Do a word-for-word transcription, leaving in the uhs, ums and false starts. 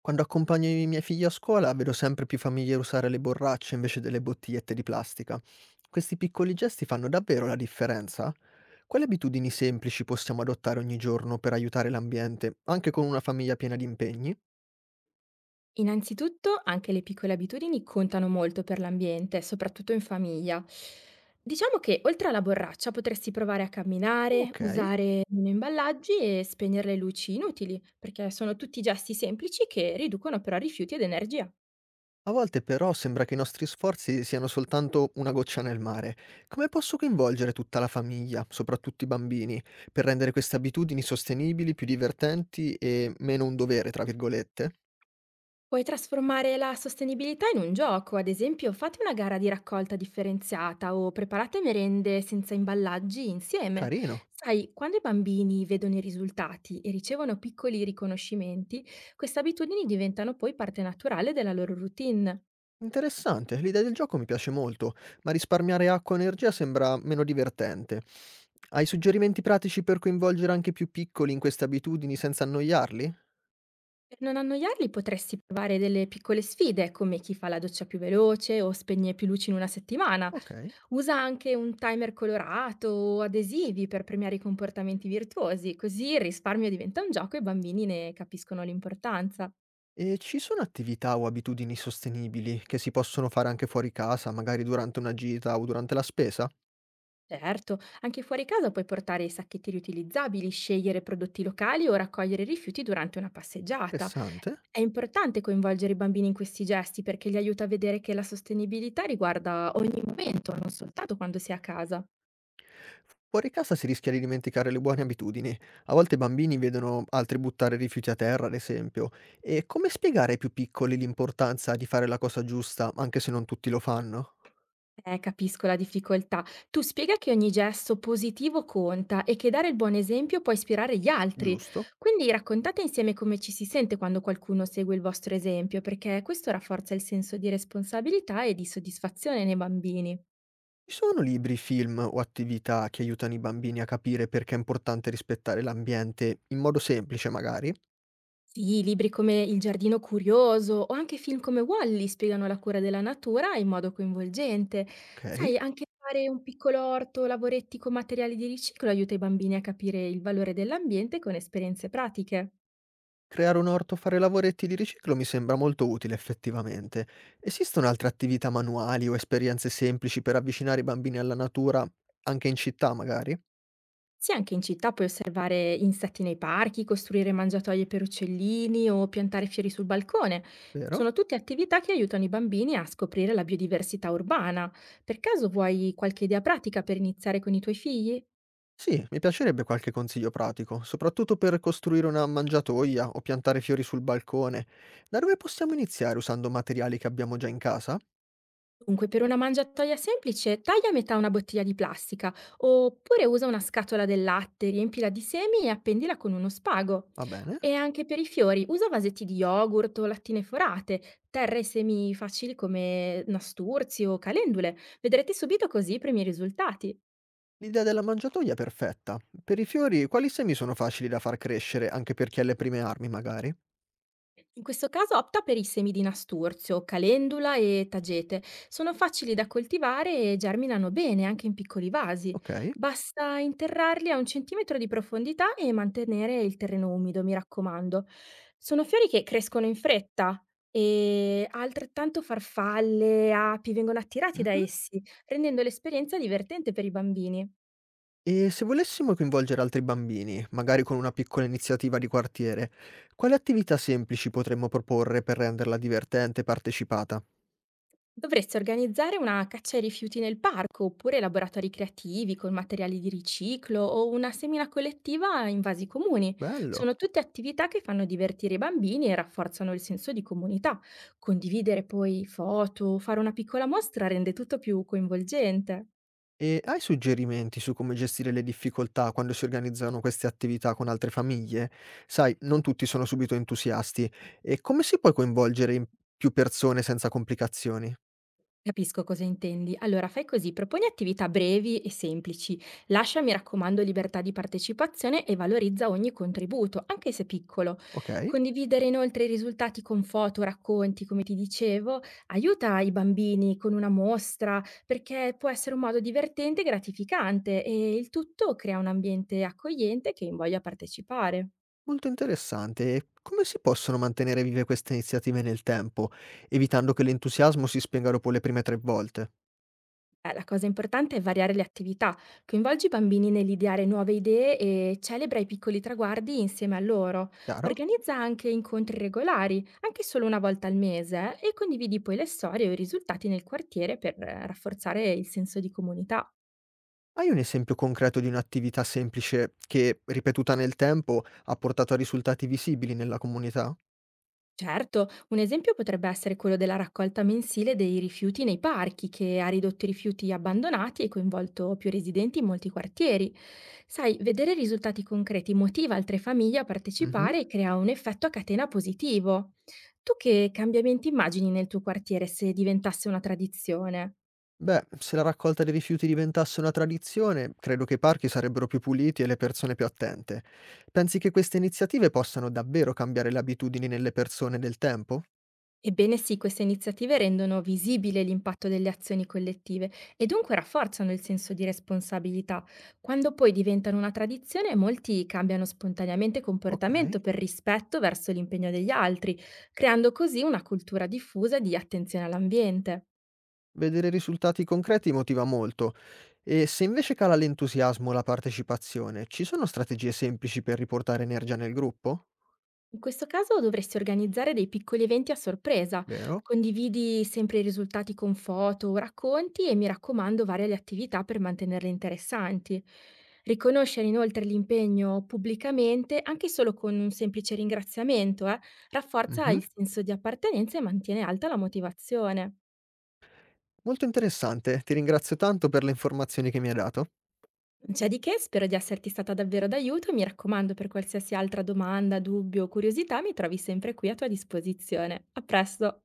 Quando accompagno i miei figli a scuola vedo sempre più famiglie usare le borracce invece delle bottigliette di plastica. Questi piccoli gesti fanno davvero la differenza? Quali abitudini semplici possiamo adottare ogni giorno per aiutare l'ambiente, anche con una famiglia piena di impegni? Innanzitutto, anche le piccole abitudini contano molto per l'ambiente, soprattutto in famiglia. Diciamo che oltre alla borraccia potresti provare a camminare, Ok. usare meno imballaggi e spegnere le luci inutili, perché sono tutti gesti semplici che riducono però rifiuti ed energia. A volte però sembra che i nostri sforzi siano soltanto una goccia nel mare. Come posso coinvolgere tutta la famiglia, soprattutto i bambini, per rendere queste abitudini sostenibili, più divertenti e meno un dovere, tra virgolette? Puoi trasformare la sostenibilità in un gioco, ad esempio fate una gara di raccolta differenziata o preparate merende senza imballaggi insieme. Carino. Sai, quando i bambini vedono i risultati e ricevono piccoli riconoscimenti, queste abitudini diventano poi parte naturale della loro routine. Interessante, l'idea del gioco mi piace molto, ma risparmiare acqua e energia sembra meno divertente. Hai suggerimenti pratici per coinvolgere anche i più piccoli in queste abitudini senza annoiarli? Per non annoiarli potresti provare delle piccole sfide, come chi fa la doccia più veloce o spegne più luci in una settimana. Ok. Usa anche un timer colorato o adesivi per premiare i comportamenti virtuosi, così il risparmio diventa un gioco e i bambini ne capiscono l'importanza. E ci sono attività o abitudini sostenibili che si possono fare anche fuori casa, magari durante una gita o durante la spesa? Certo, anche fuori casa puoi portare i sacchetti riutilizzabili, scegliere prodotti locali o raccogliere rifiuti durante una passeggiata. Interessante. È importante coinvolgere i bambini in questi gesti perché li aiuta a vedere che la sostenibilità riguarda ogni momento, non soltanto quando si è a casa. Fuori casa si rischia di dimenticare le buone abitudini. A volte i bambini vedono altri buttare rifiuti a terra, ad esempio. E come spiegare ai più piccoli l'importanza di fare la cosa giusta, anche se non tutti lo fanno? Eh, capisco la difficoltà. Tu spiega che ogni gesto positivo conta e che dare il buon esempio può ispirare gli altri. Giusto? Quindi raccontate insieme come ci si sente quando qualcuno segue il vostro esempio, perché questo rafforza il senso di responsabilità e di soddisfazione nei bambini. Ci sono libri, film o attività che aiutano i bambini a capire perché è importante rispettare l'ambiente in modo semplice, magari? Sì, libri come Il giardino curioso o anche film come Wall-E spiegano la cura della natura in modo coinvolgente. Ok. Sai, anche fare un piccolo orto, lavoretti con materiali di riciclo aiuta i bambini a capire il valore dell'ambiente con esperienze pratiche. Creare un orto, fare lavoretti di riciclo mi sembra molto utile effettivamente. Esistono altre attività manuali o esperienze semplici per avvicinare i bambini alla natura, anche in città magari, Sì, anche in città puoi osservare insetti nei parchi, costruire mangiatoie per uccellini o piantare fiori sul balcone. vero? Sono tutte attività che aiutano i bambini a scoprire la biodiversità urbana. Per caso vuoi qualche idea pratica per iniziare con i tuoi figli? Sì, mi piacerebbe qualche consiglio pratico, soprattutto per costruire una mangiatoia o piantare fiori sul balcone. Da dove possiamo iniziare usando materiali che abbiamo già in casa? Dunque, per una mangiatoia semplice, taglia a metà una bottiglia di plastica, oppure usa una scatola del latte, riempila di semi e appendila con uno spago. Va bene. E anche per i fiori, usa vasetti di yogurt o lattine forate, terra e semi facili come nasturzi o calendule. Vedrete subito così i primi risultati. L'idea della mangiatoia è perfetta. Per i fiori, quali semi sono facili da far crescere, anche per chi ha le prime armi magari? In questo caso opta per i semi di nasturzio, calendula e tagete. Sono facili da coltivare e germinano bene anche in piccoli vasi. Ok. Basta interrarli a un centimetro di profondità e mantenere il terreno umido, mi raccomando. Sono fiori che crescono in fretta e altrettanto farfalle, api vengono attirati da Mhm. essi, rendendo l'esperienza divertente per i bambini. E se volessimo coinvolgere altri bambini, magari con una piccola iniziativa di quartiere, quali attività semplici potremmo proporre per renderla divertente e partecipata? Dovresti organizzare una caccia ai rifiuti nel parco, oppure laboratori creativi con materiali di riciclo o una semina collettiva in vasi comuni. Bello. Sono tutte attività che fanno divertire i bambini e rafforzano il senso di comunità. Condividere poi foto, fare una piccola mostra rende tutto più coinvolgente. E hai suggerimenti su come gestire le difficoltà quando si organizzano queste attività con altre famiglie? Sai, non tutti sono subito entusiasti. E come si può coinvolgere in- più persone senza complicazioni? Capisco cosa intendi. Allora fai così, proponi attività brevi e semplici, lascia mi raccomando libertà di partecipazione e valorizza ogni contributo, anche se piccolo. Ok? Condividere inoltre i risultati con foto, racconti, come ti dicevo, aiuta i bambini con una mostra, perché può essere un modo divertente e gratificante e il tutto crea un ambiente accogliente che invoglia a partecipare. Molto interessante. E come si possono mantenere vive queste iniziative nel tempo, evitando che l'entusiasmo si spenga dopo le prime tre volte? Eh, la cosa importante è variare le attività, coinvolgi i bambini nell'ideare nuove idee e celebra i piccoli traguardi insieme a loro. Chiaro? Organizza anche incontri regolari, anche solo una volta al mese, e condividi poi le storie o i risultati nel quartiere per eh, rafforzare il senso di comunità. Hai un esempio concreto di un'attività semplice che, ripetuta nel tempo, ha portato a risultati visibili nella comunità? Certo, un esempio potrebbe essere quello della raccolta mensile dei rifiuti nei parchi, che ha ridotto i rifiuti abbandonati e coinvolto più residenti in molti quartieri. Sai, vedere risultati concreti motiva altre famiglie a Mhm. partecipare e crea un effetto a catena positivo. Tu che cambiamenti immagini nel tuo quartiere se diventasse una tradizione? Beh, se la raccolta dei rifiuti diventasse una tradizione, credo che i parchi sarebbero più puliti e le persone più attente. Pensi che queste iniziative possano davvero cambiare le abitudini nelle persone del tempo? Ebbene sì, queste iniziative rendono visibile l'impatto delle azioni collettive e dunque rafforzano il senso di responsabilità. Quando poi diventano una tradizione, molti cambiano spontaneamente Ok. comportamento per rispetto verso l'impegno degli altri, creando così una cultura diffusa di attenzione all'ambiente. Vedere risultati concreti motiva molto. E se invece cala l'entusiasmo o la partecipazione, ci sono strategie semplici per riportare energia nel gruppo? In questo caso dovresti organizzare dei piccoli eventi a sorpresa. Vero? Condividi sempre i risultati con foto o racconti e mi raccomando varia le attività per mantenerle interessanti. Riconoscere inoltre l'impegno pubblicamente, anche solo con un semplice ringraziamento, eh, rafforza Mhm. il senso di appartenenza e mantiene alta la motivazione. Molto interessante, ti ringrazio tanto per le informazioni che mi hai dato. Non c'è di che, spero di esserti stata davvero d'aiuto e mi raccomando per qualsiasi altra domanda, dubbio o curiosità mi trovi sempre qui a tua disposizione. A presto!